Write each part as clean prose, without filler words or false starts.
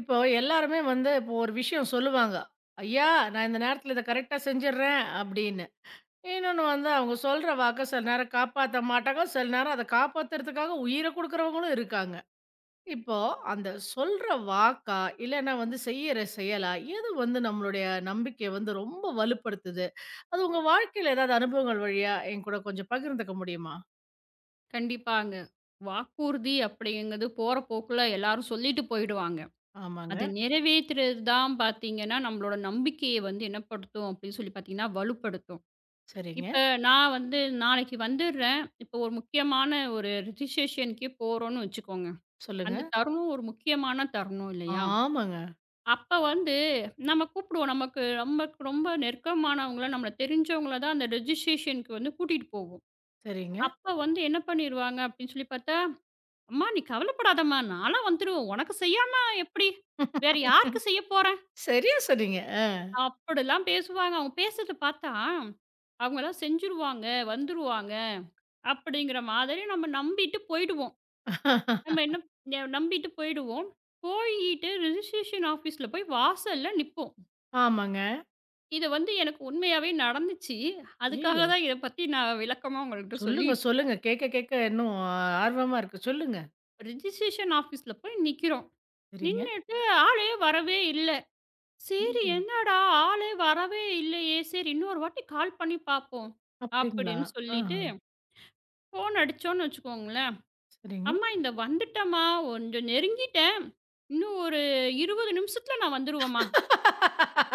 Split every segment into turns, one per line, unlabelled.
இப்போ எல்லாருமே வந்து இப்போ ஒரு விஷயம் சொல்லுவாங்க. "ஐயா! நான் இந்த நேரத்தில இத கரெக்ட்டா செஞ்சுடுறேன்" அப்படின்னு. இன்னொன்னு வந்து அவங்க சொல்ற வாக்க சில நேரம் காப்பாத்த மாட்டாங்க. சில நேரம் அத காப்பாத்துறதுக்காக உயிர குடுக்குறவங்களும் இருக்காங்க. இப்போ அந்த சொல்ற வாக்கா, இல்லன்னா வந்து செய்யற செயலா, எது வந்து நம்மளுடைய நம்பிக்கைய வந்து ரொம்ப வலுப்படுத்துது? அது உங்க வாழ்க்கையில ஏதாவது அனுபவங்கள் வழியா என் கூட கொஞ்சம் பகிர்ந்துக்க முடியுமா?
கண்டிப்பாங்க. வாக்குறுதி அப்படிங்கிறது போற போக்குல எல்லாரும் சொல்லிட்டு போயிடுவாங்க.
ஆமாங்க.
அத நிறைவேத்துறது தான் பார்த்தீங்கன்னா, நம்மளோட நம்பிக்கைய வந்து என்னப்படுத்தும் அப்படின்னு சொல்லி பார்த்தீங்கன்னா, வலுப்படுத்தும்.
சரிங்க.
இப்ப நான் வந்து நாளைக்கு வந்துடுறேன். இப்போ ஒரு முக்கியமான ஒரு ரிஜிஸ்ட்ரேஷனுக்கே போறோம்னு வச்சுக்கோங்க.
சொல்லுங்க.
அந்த தருணம் ஒரு முக்கியமான தருணம் இல்லையா?
ஆமாங்க.
அப்ப வந்து நம்ம கூப்பிடுவோம். நமக்கு நமக்கு ரொம்ப நெருக்கமானவங்கள, நம்மள தெரிஞ்சவங்கள தான் அந்த ரிஜிஸ்ட்ரேஷனுக்கு வந்து கூட்டிட்டு போவோம்.
சரிங்க.
அப்ப வந்து என்ன பண்ணிருவாங்க அப்படின்னு சொல்லி பார்த்தா அம்மா நீ கவலைப்படாதம்மா! நான்லாம் வந்துருவேன். உனக்கு செய்யாம எப்படி? வேற யாருக்கு செய்ய போறேன்?
சரியா சொன்னீங்க. அ.
அப்படிலாம் பேசுவாங்க. அவங்க பேசுறத பார்த்தா, அவங்கலாம் செஞ்சுருவாங்க, வந்துருவாங்க அப்படிங்கிற மாதிரி நம்ம நம்பிட்டு போயிடுவோம். நம்ம என்ன நம்பிட்டு போயிடுவோம். போயிட்டு ரிஜிஸ்ட்ரேஷன் ஆஃபீஸ்ல போய் வாசல்ல நிப்போம்.
ஆமாங்க.
இது வந்து எனக்கு உண்மையாவே நடந்துச்சு. அதுக்காக
ஐயய்யோ!
தான் இத பத்தி நான் விளக்கமா உங்கள்கிட்ட
சொல்லுங்க,
சொல்லிட்டு இருக்கேன்.
சொல்லுங்க. கேட்க கேட்க இன்னும் ஆர்வமா இருக்கு. சொல்லுங்க.
ரிஜிஸ்ட்ரேஷன் ஆஃபீஸ்ல போய் நிக்கிறோம்.
சரிங்க.
நின்னுட்டு ஆளே வரவே இல்ல. சரி,
ஐயய்யோ!
என்னடா ஆளே வரவே இல்லையே! சரி இன்னொரு வாட்டி கால் பண்ணி பார்ப்போம்.
அப்டிங்களா?
அப்படின்னு
ஆ,
சொல்லிட்டு ஃபோன் அடிச்சோன்னு வச்சுக்கோங்களேன்.
சரிங்க.
"அம்மா இந்த வந்துட்டேம்மா, கொஞ்சம் நெருங்கிட்டேன். இன்னும் ஒரு 20 நிமிஷத்துல நான் வந்துருவேம்மா"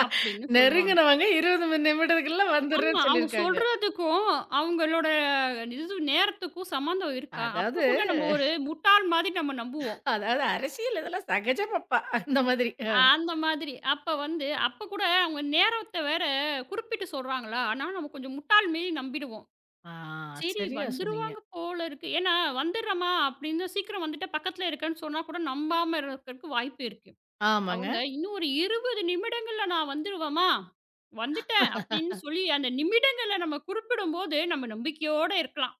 அப்படின்னு சொல்லுவாங்க.
நெருங்குனவங்க 20 மி நிமிடத்துக்குள்ள
ஆமா.
வந்துடுறேன்னு
அவங்க
சொல்லியிருக்காங்க.
சொல்றதுக்கும், அவங்களோட இது நேரத்துக்கும் சம்மந்தம் இருக்கா?
அதாவது
அப்ப கூட நம்ம ஒரு முட்டாள் மாதிரி நம்ம நம்புவோம்.
அதாவது அரசியல் இதெல்லாம் சகஜமப்பா அந்த மாதிரி. அ.
அந்த மாதிரி. அப்ப வந்து அப்ப கூட அவங்க நேரத்த வேற குறிப்பிட்டு சொல்றாங்களா, ஆனா நம்ம கொஞ்சம் முட்டாள் மாரி நம்பிடுவோம்.
ஆ,
சரி
சரியா சொன்னீங்க.
வந்துருவாங்க போல இருக்கு. ஏன்னா வந்துடுறம்மா அப்படின்னு சீக்கிரம் வந்துட்டா பக்கத்துல இருக்கேன்னு சொன்னா கூட நம்பாம இருக்கிறதுக்கு வாய்ப்பு இருக்கு.
ஆமாங்க,
அவங்க இன்னும் ஒரு 20 நிமிடங்கள்ல நான் வந்துருவேம்மா, வந்துட்டேன் அப்படின்னு சொல்லி அந்த நிமிடங்கள நம்ம குறிப்பிடும்போது நம்ம நம்பிக்கையோட இருக்கலாம்.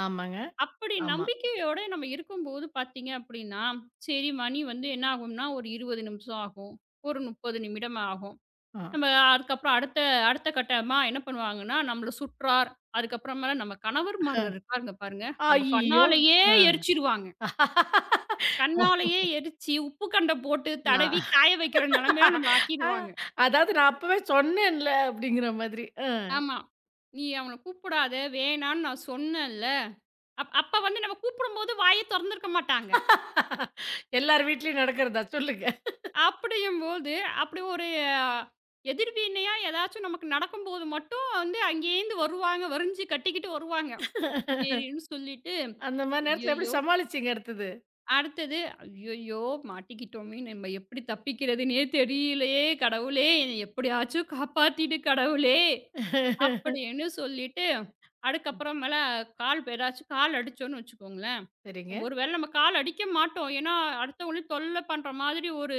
ஆமாங்க,
அப்படி
ஆமா.
நம்பிக்கையோட நம்ம இருக்கும்போது பார்த்தீங்க அப்படின்னா, சரிம்மா நீ வந்து என்ன ஆகும்னா ஒரு 20 நிமிஷம் ஆகும். ஒரு 30 நிமிடம் ஆகும்.
ஆ.
நம்ம அதுக்கப்புறம் அடுத்த அடுத்த கட்டமா என்ன பண்ணுவாங்கன்னா, நம்மள சுற்றார், அதுக்கப்புறமேல நம்ம கணவர்மார்கள் இருக்காங்க பாருங்க, நம்ம
ஐய்யய்யோ!
கண்ணாலேயே
ஆ.
எரிச்சிருவாங்க.
ஓ!
கண்ணாலேயே எரிச்சு, உப்பு கண்ட போட்டு
நான்
தடவி காய வைக்கிற நிலைமையில நம்மள
அ
ஆக்கிருவாங்க.
அதாவது நான் அப்பவே சொன்னேன்ல அப்டிங்கிற மாதிரி. ஆ.
ஆமா. "நீ அவன கூப்பிடாத, வேணான்னு நான் சொன்னேன்ல." அப்ப வந்து நம்ம கூப்பிடும்போது வாய தொறந்திருக்க மாட்டாங்க.
எல்லார் வீட்லயும் நடக்கிறதா? சொல்லுங்க.
அப்படியும்போது, அப்படி ஒரு அஹ், எதிர்வினையா ஏதாச்சும் நமக்கு நடக்கும்போது மட்டும் வந்து அங்கேருந்து வருவாங்க, வரிஞ்சு கட்டிக்கிட்டு வருவாங்க. சரின்னு சொல்லிட்டு,
அந்த மாரி நேரத்துல எப்படி
ஐயய்யோ!
சமாளிச்சீங்க அடுத்தது?
அடுத்தது, "ஐயய்யோ! மாட்டிக்கிட்டோமே! நம்ம எப்படி தப்பிக்கிறதுன்னே தெரியலையே! கடவுளே! என்னை எப்படியாச்சும் காப்பாத்திடு கடவுளே!" அப்படின்னு சொல்லிட்டு,
ம்.
அதுக்கப்புறமேல கால் அடிச்சோம்னு வச்சுக்கோங்களேன்,
சரிங்க.
ஒரு வேளை நம்ம கால் அடிக்க மாட்டோம். ஏன்னா, அடுத்தவங்களையும் தொல்லை பண்ற மாதிரி ஒரு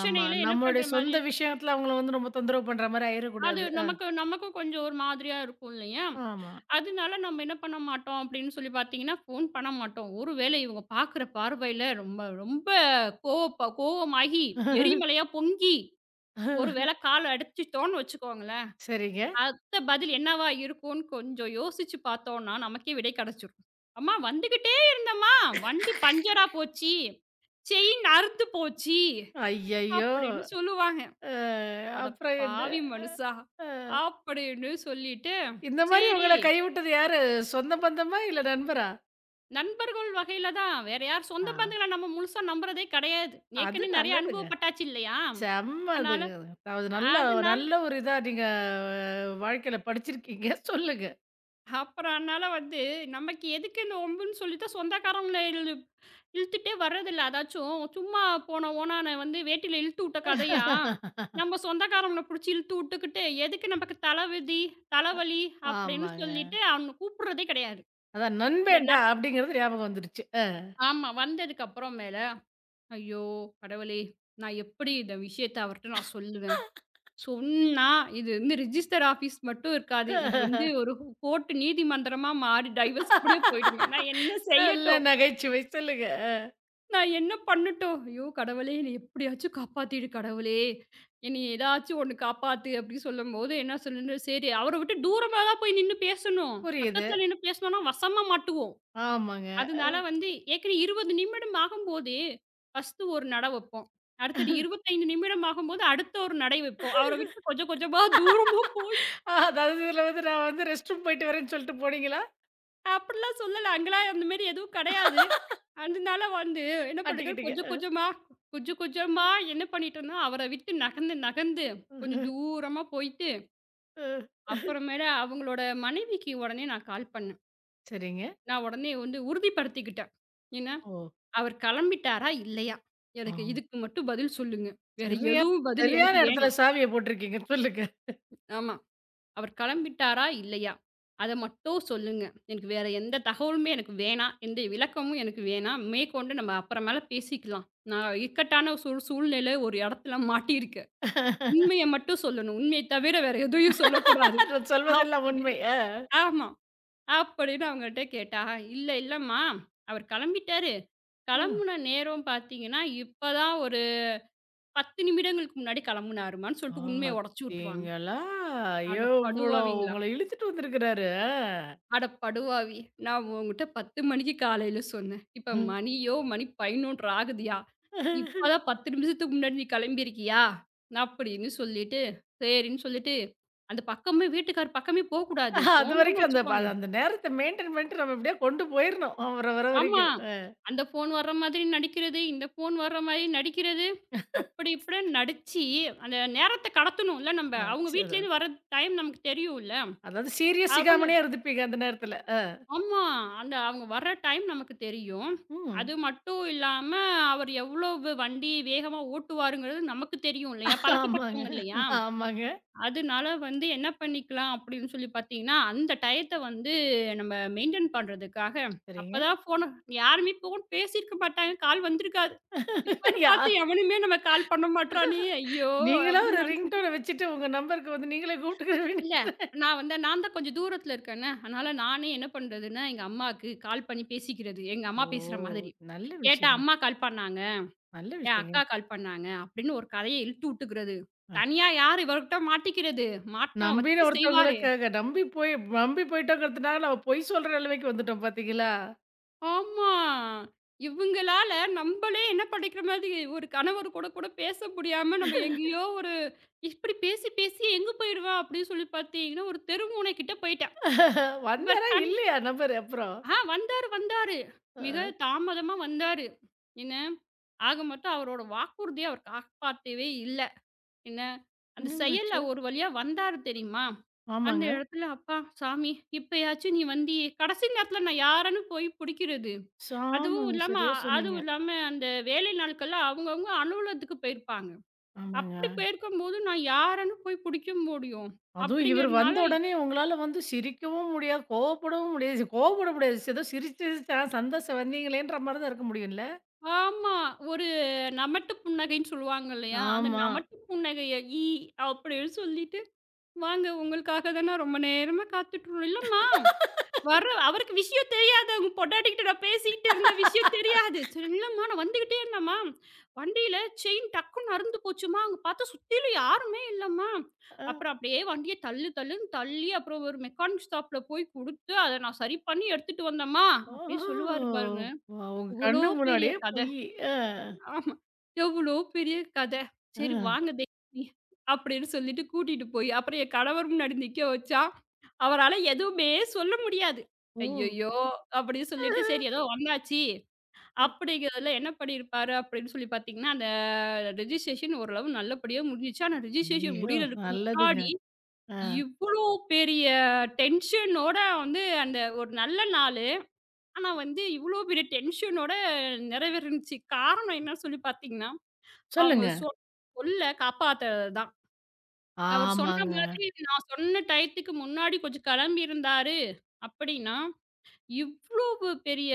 ஆமா.
என்ன பண்ற
நம்மளுடைய
மாதிரி
சொந்த விஷயத்துல அவங்கள வந்து ரொம்ப தொந்தரவு பண்ற மாரி
அது
ஆயிரக்கூடாது. அ
நமக்கும் கொஞ்சம் ஒரு மாதிரியா இருக்கும் இல்லையா?
ஆமா.
அதனால நம்ம என்ன பண்ண மாட்டோம் அப்படின்னு சொல்லி பார்த்தீங்கன்னா, ஃபோன் பண்ண மாட்டோம். ஒருவேளை இவங்க பார்க்குற பார்வையில ரொம்ப ரொம்ப கோவமாகி, எரிமலையா பொங்கி, ஒரு வேளை கால் அடிச்சிட்டோம்னு வச்சுக்கோங்களேன்,
சரிங்க.
அடுத்த பதில் என்னவா இருக்கும்னு கொஞ்சம் யோசிச்சு பார்த்தோம்னா, நமக்கே விடை கிடைச்சிரும். "அம்மா வந்துகிட்டே இருந்தம்மா, வண்டி பஞ்சரா போச்சு, செயின் அறுத்து போச்சு"
ஐயய்யோ!
அப்படின்னு சொல்லுவாங்க.
அ
"அட
அப்புறம் என்ன?
பாவி மனுஷா!"
அ
அப்படின்னு சொல்லிட்டு,
இந்த மாரி
சரி
உங்கள கைவிட்டது யாரு? சொந்த பந்தமா? இல்ல நண்பரா?
நண்பர்கள் வகையில தான். வேற யார் சொந்த
ஆ
பந்தங்கள நம்ம முழுசா நம்புறதே கிடையாது.
அது
ஏற்கனவே நெறைய
நல்லதுங்க.
அனுபவப்பட்டாச்சு இல்லையா?
செம்ம
அதனால
அதுங்க. அதாவது நல்ல
அதனால
நல்ல ஒரு இதா நீங்க வாழ்க்கையில படிச்சிருக்கீங்க.
அப்புறம் அதனால வந்து நமக்கு எதுக்கு இந்த வம்புன்னு சொல்லிட்டு சொந்தக்காரவங்கள இழுத்துட்டே வர்றதில்ல. அதாச்சும் சும்மா போன ஓணான வந்து வேட்டியில இழுத்து விட்ட கதையா,
சொல்லுங்க.
நம்ம சொந்தக்காரவங்கள புடிச்சு இழுத்து விட்டுக்கிட்டு, எதுக்கு நமக்கு தலைவிதி, தலைவலி அப்படின்னு
ஆமாங்க.
சொல்லிட்டு அவன கூப்பிடுறதே கிடையாது.
அதான்
இந்த
"நண்பேன்டா"
நட்
அப்படிங்கிறது ஞாபகம் வந்துருச்சு. அ.
ஆமா. வந்ததுக்கு அப்புறம் மேல ஐயோ! கடவுளே! நான் எப்படி இந்த விஷயத்த அவர்ட்ட நான் சொல்லுவேன்? சொன்னா, இது வந்து ரிஜிஸ்டர் ஆஃபீஸ் மட்டும் இருக்காது. இது வந்து ஒரு கோர்ட் நீதிமன்றமா மாறி டைவர்ஸ் கூடயே போயிடுமே! நான் என்ன
நல்ல
செய்யட்டும்?
நகைச்சுவை. சொல்லுங்க.
நான் என்ன பண்ணட்டும்? ஐயோ! கடவுளே! என்னை எப்படியாச்சும் காப்பாத்திடு கடவுளே! என்னைய ஏதாச்சும் ஒண்ணு காப்பாத்து அப்படின்னு சொல்லும்போது, என்ன சொல்லணும்? சரி அவர விட்டு தூரமா தான் போய் நின்னு பேசணும்.
புரியுது.
பக்கத்துல நின்னு பேசுனோம்னா வசமா மாட்டுவோம்.
ஆமாங்க.
அதனால வந்து ஏற்கனவே 20 நிமிடம் ஆகும்போது, ஃபர்ஸ்ட்டு ஒரு நட வைப்போம். அடுத்தது 25 நிமிடம் ஆகும்போது, அடுத்த ஒரு நடை வைப்போம். அவர விட்டு கொஞ்சம் கொஞ்சமா தூரம்
அதாவது இதுல வந்து நான் வந்து ரெஸ்ட் ரூம் போயிட்டு வரேன்னு சொல்லிட்டு போனீங்களா?
அப்படிலாம் சொல்லல. அங்கலாம் அந்த மாரி எதுவும் கிடையாது. அதனால வந்து என்ன பண்ணுங்க,
மாட்டிக்கிட்டீங்க.
கொஞ்சம் கொஞ்சமா, கொஞ்சம் கொஞ்சமா என்ன பண்ணிட்டோம்னா, அவர விட்டு நகர்ந்து நகர்ந்து கொஞ்சம் தூரமா போயிட்டு,
அஹ்.
அப்புறமேல அவங்களோட மனைவிக்கு உடனே நான் கால் பண்ணேன்.
சரிங்க.
நான் உடனே வந்து உறுதிப்படுத்திக்கிட்டேன். ஏன்னா
ஓ!
அவர் கிளம்பிட்டாரா? இல்லையா? எனக்கு
ஆம்.
இதுக்கு மட்டும் பதில் சொல்லுங்க. வேற
சரியா
எதுவும் பதில்
சரியான
எனக்கு
இடத்துல
வேணாம்.
சாவிய போட்டிருக்கீங்க. சொல்லுங்க.
ஆமா. அவர் கிளம்பிட்டாரா? இல்லையா? அத மட்டும் சொல்லுங்க. எனக்கு வேற எந்த தகவலுமே எனக்கு வேணாம். எந்த விளக்கமும் எனக்கு வேணாம். மேற்கொண்டு நம்ம அப்புறமேல பேசிக்கலாம். நான் இக்கட்டான சூழ்நிலை ஒரு இடத்துல மாட்டியிருக்கேன். உண்மைய மட்டும் சொல்லணும். உண்மைய தவிர வேற எதையும் சொல்லக்கூடாது.
நான் சொல்வதெல்லாம் உண்மை.
அப்படின்னு
அ.
ஆமா. அப்படின்னு அவங்கள்ட்ட கேட்டா, "இல்ல, இல்லம்மா. அவர் கிளம்பிட்டாரு.
ம்.
கிளம்புன நேரம் பார்த்தீங்கன்னா, இப்பதான் ஒரு" 10 நிமிடங்களுக்கு முன்னாடி கிளம்புனாருமான்னு சொல்லிட்டு உண்மைய உடைச்சு விட்டுருவாங்க.
பாத்தீங்களா?
அட
எவ்வளோ
படுவாவிங்களா!
உங்கள இழுத்துட்டு வந்திருக்கிறாரு.
அட படுவாவி! நான் உன்கிட்ட 10 மணிக்கு காலையில சொன்னேன். இப்ப மணியோ, மணி 11:00 ஆகுதுயா!
அ.
இப்பதான் 10 நிமிஷத்துக்கு முன்னாடி நீ கிளம்பியிருக்கியா? அப்படின்னு சொல்லிட்டு, சரின்னு சொல்லிட்டு, அந்த பக்கமே வீட்டுக்கார் பக்கமே போக்கூடாது. போனோம்னு
அதுவரைக்கும் அந்த ப
வச்சுக்கோங்க.
அந்த நேரத்த மெயின்டெயின் பண்ணிட்டு நம்ம எப்படியோ கொண்டு போயிரணும். அவர வர
ஆமா.
வரைக்கும். அ
அந்த ஃபோன் வர்ற மாதிரி நடிக்கிறது, இந்த ஃபோன் வர்ற மாதிரி நடிக்கிறது. அப்படி இப்படின்னு நடிச்சு, அந்த நேரத்த கடத்தணும்ல நம்ப.
அ.
அவங்க
ச
வீட்லேருந்து வர டைம் நமக்கு தெரியும்ல.
அதாவது சீரியஸ்
அவங்க
சிகாமணியா இருந்துப்பீங்க அந்த நேரத்துல. அ.
ஆமா. அந்த அவங்க வர்ற டைம் நமக்கு தெரியும்.
ம்.
அது மட்டும் இல்லாம, அவர் எவ்வளவு வண்டி வேகமா ஓட்டுவாருங்கிறது நமக்கு தெரியும் இல்லையா?
ஆமாங்க.
பழக்கப்பட்டவங்க இல்லையா?
ஆமாங்க.
அதனால வந்து என்ன பண்ணிக்கலாம் அப்படின்னு சொல்லி பார்த்தீங்கன்னா, அந்த டயத்த வந்து நம்ம மெயின்டெயின் பண்றதுக்காக,
சரிங்க.
அப்பதான் யாருமே ஃபோன் பேசியிருக்க மாட்டாங்க. கால் வந்திருக்காது. இப்பன்னு
யா
பார்த்து எவனுமே நம்ம கால் பண்ண மாட்றானே! ஐயோ!
நீங்களா ஒரு
அப்படின்னு நினைச்சிட்டு
ரிங்டோன வச்சுட்டு உங்க நம்பருக்கு வந்து நீங்களே கூப்பிட்டுக்கிறவீங்க.
இல்ல. நான் வந்து நான் தான் கொஞ்சம் தூரத்துல இருக்கேனே. அதனால நானே என்ன பண்றதுன்னா, எங்க அம்மாக்கு கால் பண்ணி பேசிக்கிறது. எங்க அம்மா
ஓ!
பேசுற மாதிரி.
நல்ல
கேட்டா,
விஷயங்க.
"அம்மா கால் பண்ணாங்க.
நல்ல
என்
விஷயங்க.
அக்கா கால் பண்ணாங்க." அப்படின்னு ஒரு கதைய இழுத்து விட்டுக்கிறது.
அ.
தனியா யாரு இவர்கிட்ட மாட்டிக்கிறது? மாட்னா
நம்பின
வச்சு செய்வாரு.
ஒருத்தவங்களுக்காக நம்பி போயிட்டோங்கிறதுனால நம்ம பொய் சொல்ற நிலைமைக்கு வந்துட்டோம் பாத்தீங்களா?
ஆமா. இவங்களால நம்பளே என்ன பண்ணிக்கிற மாதிரி ஒரு கணவர் கூட கூட பேச முடியாம நம்ம எங்கேயோ ஒரு இப்படி பேசி பேசி எங்க போயிடுவேன் அப்படின்னு சொல்லி பார்த்தீங்கன்னா, ஒரு தெருமுனை கிட்ட போயிட்டேன். இவர்
வந்தாரா?
க
இல்லையா? நம்பரு அப்புறம்.
ஆ வந்தாரு, வந்தாரு.
அ.
மிக தாமதமா வந்தாரு. என்ன, ஆக மொத்தம் அவரோட வாக்குறுதிய அவர் காப்பாத்தவே இல்ல. என்ன, அந்த
என்னங்க
செயல்ல
ஆச்சு?
ஒரு வழியா வந்தாரு தெரியுமா? அந்த
ஆமாங்க.
இடத்துல அப்பா சாமி இப்பயாச்சும் நீ வந்தியே! கடைசி நேரத்துல நான் யாரன்னு போய் புடிக்கிறது?
ஸ்
அதுவும்
ஆமாங்க.
இல்லாம
சரியா சொன்னீங்க.
அதுவும் இல்லாம அந்த வேலை நாட்கள்ல அவங்கவங்க அலுவலகத்துக்கு போயிருப்பாங்க.
ஆமாங்க.
அப்படி போயிருக்கும்போது நான் யாரன்னு போய் புடிக்க முடியும்?
அதுவும் இவரு
அப்படிங்கிறதுனால
வந்த உடனே உங்களால வந்து சிரிக்கவும் முடியாது, கோவப்படவும் முடியாது. கோவப்பட முடியாது. ஏதோ சிரிச்சு சிரிச்சு ஆ சந்தோஷம் வந்தீங்களேன்ற மாரி தான் இருக்க முடியும்ல?
ஆமா. ஒரு நமட்டு புன்னகைன்னு சொல்லுவாங்க இல்லையா? அந்த
ஆமா.
நமட்டு புன்னகைய ஈ அப்படின்னு சொல்லிட்டு, "வாங்க உங்களுக்காக தான் நான் ரொம்ப நேரமா காத்துட்ருந்தோம்." "இல்லம்மா, வர்ற அவருக்கு விஷயம் தெரியாது. உங்க பொண்டாட்டிகிட்ட நான் பேசிக்கிட்டு இருந்த விஷயம் தெரியாது." "சரி இல்லம்மா, நான் வந்துகிட்டே இருந்தேன்ம்மா. வண்டியில செயின் டக்குன்னு அறுந்து போச்சும்மா. அங்க பார்த்தா சுத்திலும் யாருமே இல்லம்மா.
அ
அப்புறம் அப்படியே வண்டிய தள்ளு தள்ளுன்னு தள்ளி, அப்புறம் ஒரு மெக்கானிக் ஷாப்ல போய் குடுத்து, அத நான் சரி பண்ணி எடுத்துட்டு வந்தேம்மா."
ஓ!
அப்படின்னு சொல்லுவாரு பாருங்க.
உங்க
எவ்வளோ
கண்ணு
பெரிய
முன்னாடியே
கத!
பொய்யி. அ,
ஆமா. எவ்ளோ பெரிய கதை.
அ,
சரி வாங்க தேவி அப்படின்னு சொல்லிட்டு கூட்டிட்டு போய், அப்புறம் என் கணவர் முன்னாடி நிக்க வச்சா, அவரால எதுவுமே சொல்ல முடியாது.
ஓ!
ஐயய்யோ! அப்படின்னு சொல்லிட்டு சரி ஏதோ வந்தாச்சு. அப்படிங்கிறதுல என்ன பண்ணியிருப்பாரு அப்படின்னு சொல்லி பார்த்தீங்கன்னா, அந்த ரெஜிஸ்ட்ரேஷன் ஓரளவு நல்லபடியா முடிஞ்சுச்சு. ஆனா ரெஜிஸ்ட்ரேஷன்
ஐயயோ!
முடியறதுக்கு
நல்லதுங்க.
முன்னாடி
ஆ.
இவ்ளோ பெரிய டென்ஷனோட வந்து அந்த ஒரு நல்ல நாளு. ஆனா வந்து இவ்ளோ பெரிய டென்ஷனோட நிறைவேறுனுச்சு. காரணம் என்னன்னு சொல்லி பார்த்தீங்கன்னா அவங்க
சொல்லுங்க.
சொ சொல்ல காப்பாத்துறது தான். அவர் சொன்ன
ஆமாங்க.
மாதிரி நான் சொன்ன டயத்துக்கு முன்னாடி கொஞ்சம் கிளம்பி இருந்தாரு அப்படின்னா, இவ்வளவு பெரிய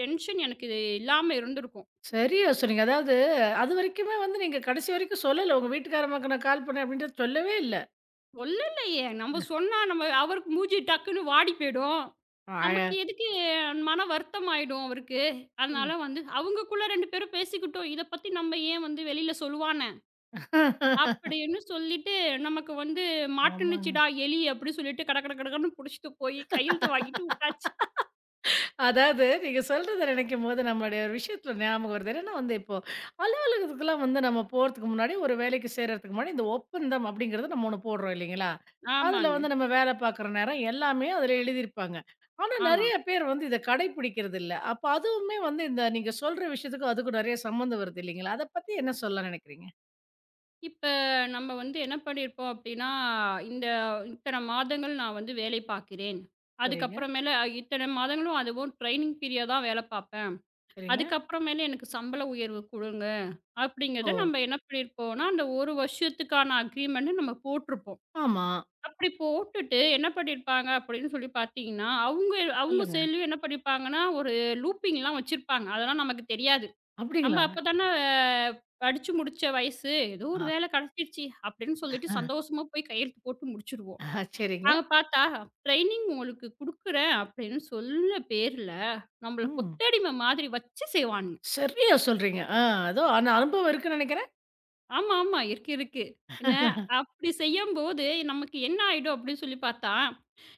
டென்ஷன் எனக்கு இது இல்லாம இருந்திருக்கும்.
சரியா சொன்னீங்க. அதாவது அதுவரைக்குமே வந்து நீங்க கடைசி வரைக்கும் சொல்லல. உங்க வீட்டுக்காரம்மாக்கு நான் கால் பண்ணேன் அப்டின்றது சொல்லவே இல்ல.
சொல்லலையே நம்ம சொன்னா நம்ம அவருக்கு மூஞ்சி டக்குன்னு வாடி போயிடும்.
அ அழ
நமக்கு எதுக்கு மன வருத்தம் ஆயிடும் அவருக்கு. அதனால
ம்.
வந்து அவங்கக்குள்ள 2 பேரும் பேசிக்கிட்டோம். இத பத்தி நம்ம ஏன் வந்து வெளியில சொல்லுவான் அப்படின்னு சொல்லிட்டு, நமக்கு வந்து
ஆமாங்க.
மாட்டுனுச்சுடா எலி அப்படி சொல்லிட்டு கட கட கடகடன்னு புடிச்சுட்டு போய் கையெழுத்து வாங்கிட்டு உட்டாச்சு.
அதாவது நீங்க சொல்றத நினைக்கும்போது, நம்மளுடைய ஒரு விஷயத்தில ஞாபகம் வருது. என்னன்னா வந்து இப்போ அலுவலகத்துக்குலாம் வந்து நம்ம போறதுக்கு முன்னாடி, ஒரு வேலைக்கு சேர்றதுக்கு முன்னாடி, இந்த ஒப்பந்தம் அப்படிங்கிறது நம்ம ஒண்ணு போடுறோம் இல்லைங்களா? அதில
ஆமாங்க.
வந்து நம்ம வேல பார்க்குற நேரம் எல்லாமே அதில எழுதியிருப்பாங்க. ஆனா
ஆமா.
நெறைய பேர் வந்து இத கடைப்பிடிக்கிறதில்ல. அப்ப அதுவுமே வந்து இந்த நீங்க சொல்ற விஷயத்துக்கும் அதுக்கும் நெறைய சம்மந்தம் வருது இல்லைங்களா? அத பத்தி என்ன சொல்ல நினைக்கிறீங்க?
இப்ப நம்ம வந்து என்ன பண்ணியிருப்போம் அப்படின்னா, இந்த இத்தன மாதங்கள் நான் வந்து வேலை பார்க்கிறேன்.
சரிங்க,
அதுக்கப்புறமேல இத்தன மாதங்களும் அதுவும் ட்ரெய்னிங் பீரியட் தான் வேலை பார்ப்பேன்.
சரிங்க.
அதுக்கப்புறமேல எனக்கு சம்பள உயர்வு குடுங்க.
ஓ!
அப்படிங்கிறத நம்ம என்ன பண்ணியிருப்போம்னா, அந்த 1 வருஷத்துக்கான அக்ரீமெண்ட் நம்ம போட்டிருப்போம்.
ஆமா.
அப்படி போட்டுட்டு என்ன பண்ணியிருப்பாங்க அப்படின்னு சொல்லி பார்த்தீங்கன்னா, அவுங்க அவுங்க
சொல்லுங்க.
சைட்லயும் என்ன பண்ணியிருப்பாங்கன்னா, ஒரு லூப்பிங்லாம் வச்சிருப்பாங்க. அதெல்லாம் நமக்கு தெரியாது. நம்ம
அப்படிங்களா?
அப்ப தானே படிச்சு முடிச்ச வயசு. ஏதோ ஒரு
ஆ,
வேலை கிடைச்சிருச்சு அப்படின்னு சொல்லிட்டு
ஆ,
சந்தோஷமா போய் கையெழுத்து போட்டு முடிச்சுருவோம்.
ஆ, சரிங்க.
அங்க பார்த்தா, ட்ரெய்னிங் உங்களுக்கு குடுக்குறேன் அப்படின்னு சொன்ன பேர்ல, நம்மள
ம்.
கொத்தடிமை மாதிரி வச்சு செய்வானுங்க.
சரியா சொல்றீங்க. ஆ அதோ ஆனா
அ
அனுபவம் இருக்குன்னு நெனைக்கிறேன்.
ஆமா, ஆமா. இருக்கு, இருக்கு. என்ன அப்படி செய்யும்போது நமக்கு என்ன ஆயிடும் அப்படின்னு சொல்லி பார்த்தா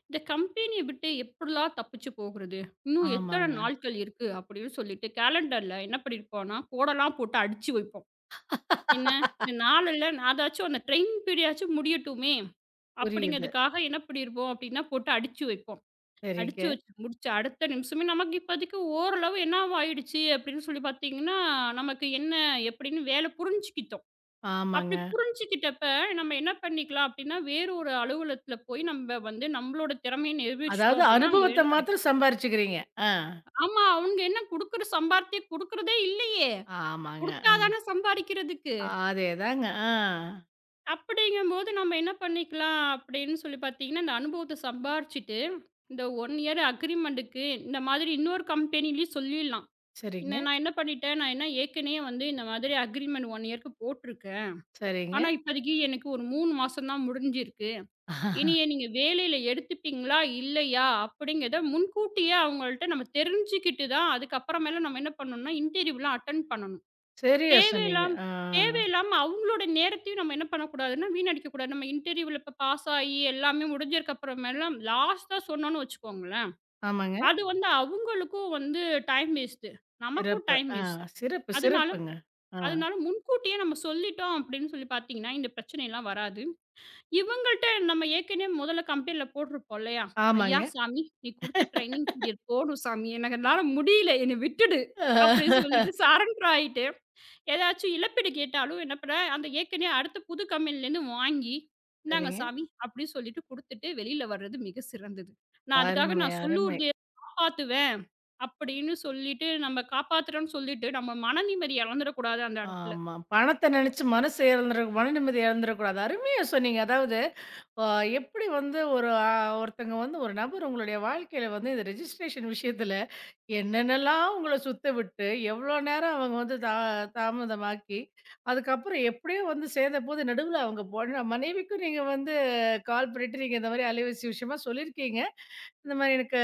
இந்த கம்பெனிய விட்டு எப்படிலாம் தப்பிச்சு போகுறது? இன்னும் எத்தன
ஆமாங்க.
நாட்கள் இருக்கு? அப்படின்னு சொல்லிட்டு கேலண்டர்ல என்ன பண்ணியிருப்போம்னா, கோடெல்லாம் போட்டு அடிச்சு வைப்போம். என்ன இந்த நாள்ல அதாச்சும் அந்த ட்ரெயின் பீரியடாச்சும் முடியட்டுமே
புரியுது.
அப்படிங்கிறதுக்காக என்ன பண்ணியிருப்போம் அப்படின்னா, போட்டு அடிச்சு வைப்போம். அடிச்சு
சரிங்க.
வச்சு முடிச்ச அடுத்த நிமிஷமே நமக்கு இப்போதைக்கு ஓரளவு என்னவாயிடுச்சு அப்படின்னு சொல்லி பார்த்தீங்கன்னா, நமக்கு என்ன எப்படின்னு வேலை புரிஞ்சுக்கிட்டோம். அப்படி
ஆமாங்க.
புரிஞ்சுக்கிட்டப்ப நம்ம என்ன பண்ணிக்கலாம் அப்படின்னா, வேறு ஒரு அலுவலகத்துல போய் நம்ம வந்து நம்மளோட திறமைய நிரூபிச்சுட்டோம்
அதாவது
அப்படின்னா, அங்க
அனுபவத்த
வேலை கிடைக்கும்.
மாத்திரம் சம்பாரிச்சுக்கிறீங்க. ஆ.
ஆமா, அவங்க என்ன குடுக்குற சம்பாரத்தை குடுக்குறதே இல்லையே!
ஆமாங்க.
குடுத்தா தானே சம்பாரிக்கிறதுக்கு.
அதேதாங்க. ஆ.
அப்படிங்கும்போது நம்ம என்ன பண்ணிக்கலாம் அப்படின்னு சொல்லி பார்த்தீங்கன்னா, இந்த அனுபவத்த சம்பாரிச்சுட்டு, இந்த 1 இயர் அக்ரிமென்ட்டுக்கு இந்த மாதிரி இன்னொரு கம்பெனிலயும் சொல்லிடலாம். "இந்த
சரிங்க,
நான் என்ன பண்ணிட்டேன், நான் என்ன ஏற்கனவே வந்து இந்த மாதிரி அக்ரிமெண்ட் 1 இயர்‌க்கு போட்டுருக்கேன்.
சரிங்க.
ஆனா இப்போதைக்கு எனக்கு ஒரு 3 மாசம் தான் முடிஞ்சிருக்கு." இனிய நீங்க வேலையில எடுத்துப்பீங்களா? இல்லையா? அப்படிங்கிறத முன்கூட்டியே அவங்கள்ட்ட நம்ம தெரிஞ்சுக்கிட்டு தான், அதுக்கப்புறமேல நம்ம என்ன பண்ணணும்னா, இன்டர்வியூலாம் அட்டெண்ட் பண்ணணும்.
சரியா சொன்னீங்க.
தேவையில்லாம்
ஆ.
தேவையில்லாம அவங்களோட நேரத்தையும் நம்ம என்ன பண்ணக்கூடாதுன்னா, வீணடிக்கக்கூடாது. நம்ம இன்டர்வியூல இப்ப பாஸ் ஆயி எல்லாமே முடிஞ்சதுக்கப்புறமேலாம் லாஸ்ட்டா சொன்னோம்னு வச்சுக்கோங்களேன்,
ஆமாங்க.
அது வந்து அவங்களுக்கும் வந்து டைம் வேஸ்ட்டு. நமக்கும்
சிறப்பு.
டைம்
ஆ
வேஸ்ட்டு.
சிறப்பு,
அதனால
சிறப்புங்க. ஆ.
அதனால முன்கூட்டியே நம்ம சொல்லிட்டோம் அப்படின்னு சொல்லி பார்த்தீங்கன்னா, இந்த பிரச்சனைலாம் வராது. இவங்கள்ட்ட நம்ம ஏற்கனவே முதல்ல கம்ப்ளைண்ட்ல போட்டிருப்போம் இல்லையா? "ஐயா!
ஆமாங்க.
சாமி நீ குடுத்த ட்ரெய்னிங் பீரியட் போதும் சாமி. எனக்கு என்னால முடியல. என்னை விட்டுடு." அப்படின்னு சொல்லிட்டு சரண்டர் ஆயிட்டு, ஏதாச்சும் இழப்பீடு கேட்டாலும் என்ன பண்ணுவேன், அந்த ஏற்கனவே அடுத்த புது கம்பெனிலேருந்து வாங்கி, "இந்தாங்க
சரிங்க.
சாமி" அப்படின்னு சொல்லிட்டு குடுத்துட்டு வெளியில வர்றது மிக சிறந்தது. நான் அதுக்காக
அருமை,
நான்
அருமை.
சொல்லூர்திய காப்பாத்துவேன் அப்படின்னு சொல்லிட்டு, நம்ம காப்பாத்துறோம்னு சொல்லிட்டு, நம்ம மன நிம்மதிய இழந்துடக்கூடாது அந்த இடத்துல.
ஆமா. பணத்த நெனச்சு மனசு இழந்துற மன நிம்மதி இழந்துரக்கூடாது. அருமையா சொன்னீங்க. அதாவது அ எப்படி வந்து ஒரு அ ஒருத்தங்க வந்து ஒரு நபர் உங்களுடைய வாழ்க்கையில வந்து இந்த ரெஜிஸ்ட்ரேஷன் விஷயத்துல என்னென்னலாம் உங்கள சுத்த விட்டு, எவ்வளோ நேரம் அவங்க வந்து தா தாமதமாக்கி, அதுக்கப்புறம் எப்படியோ வந்து சேர்ந்தபோது, நடுவுல அவங்க பொண்ண மனைவிக்கும் நீங்க வந்து கால் பண்ணிட்டு, நீங்க இந்த மாரி அலைபேசி விஷயமா சொல்லியிருக்கீங்க. இந்த மாரி எனக்கு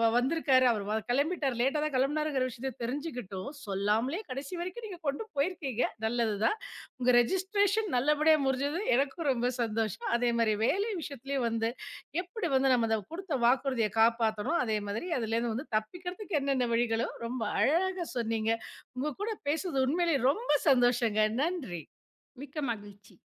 வ வந்திருக்காரு, அவர் வ கிளம்பிட்டாரு, லேட்டா தான் கிளம்புனாருங்கிற விஷயத்த தெரிஞ்சுக்கிட்டும், சொல்லாமலே கடைசி வரைக்கும் நீங்க கொண்டு போயிருக்கீங்க. நல்லது தான். உங்க ரெஜிஸ்ட்ரேஷன் நல்லபடியா முடிஞ்சது. எனக்கும் ரொம்ப சந்தோஷம். அதே மாரி வேலை விஷயத்துலயும் வந்து எப்படி வந்து நம்ம அத குடுத்த வாக்குறுதிய காப்பாத்தணும், அதே மாதிரி அதுலேருந்து வந்து தப்பிக்கிறதுக்கு என்னென்ன வழிகளோ, ரொம்ப அழகா சொன்னீங்க. உங்க கூட பேசுனது உண்மையிலேயே ரொம்ப சந்தோஷங்க. நன்றி.
மிக்க மகிழ்ச்சி.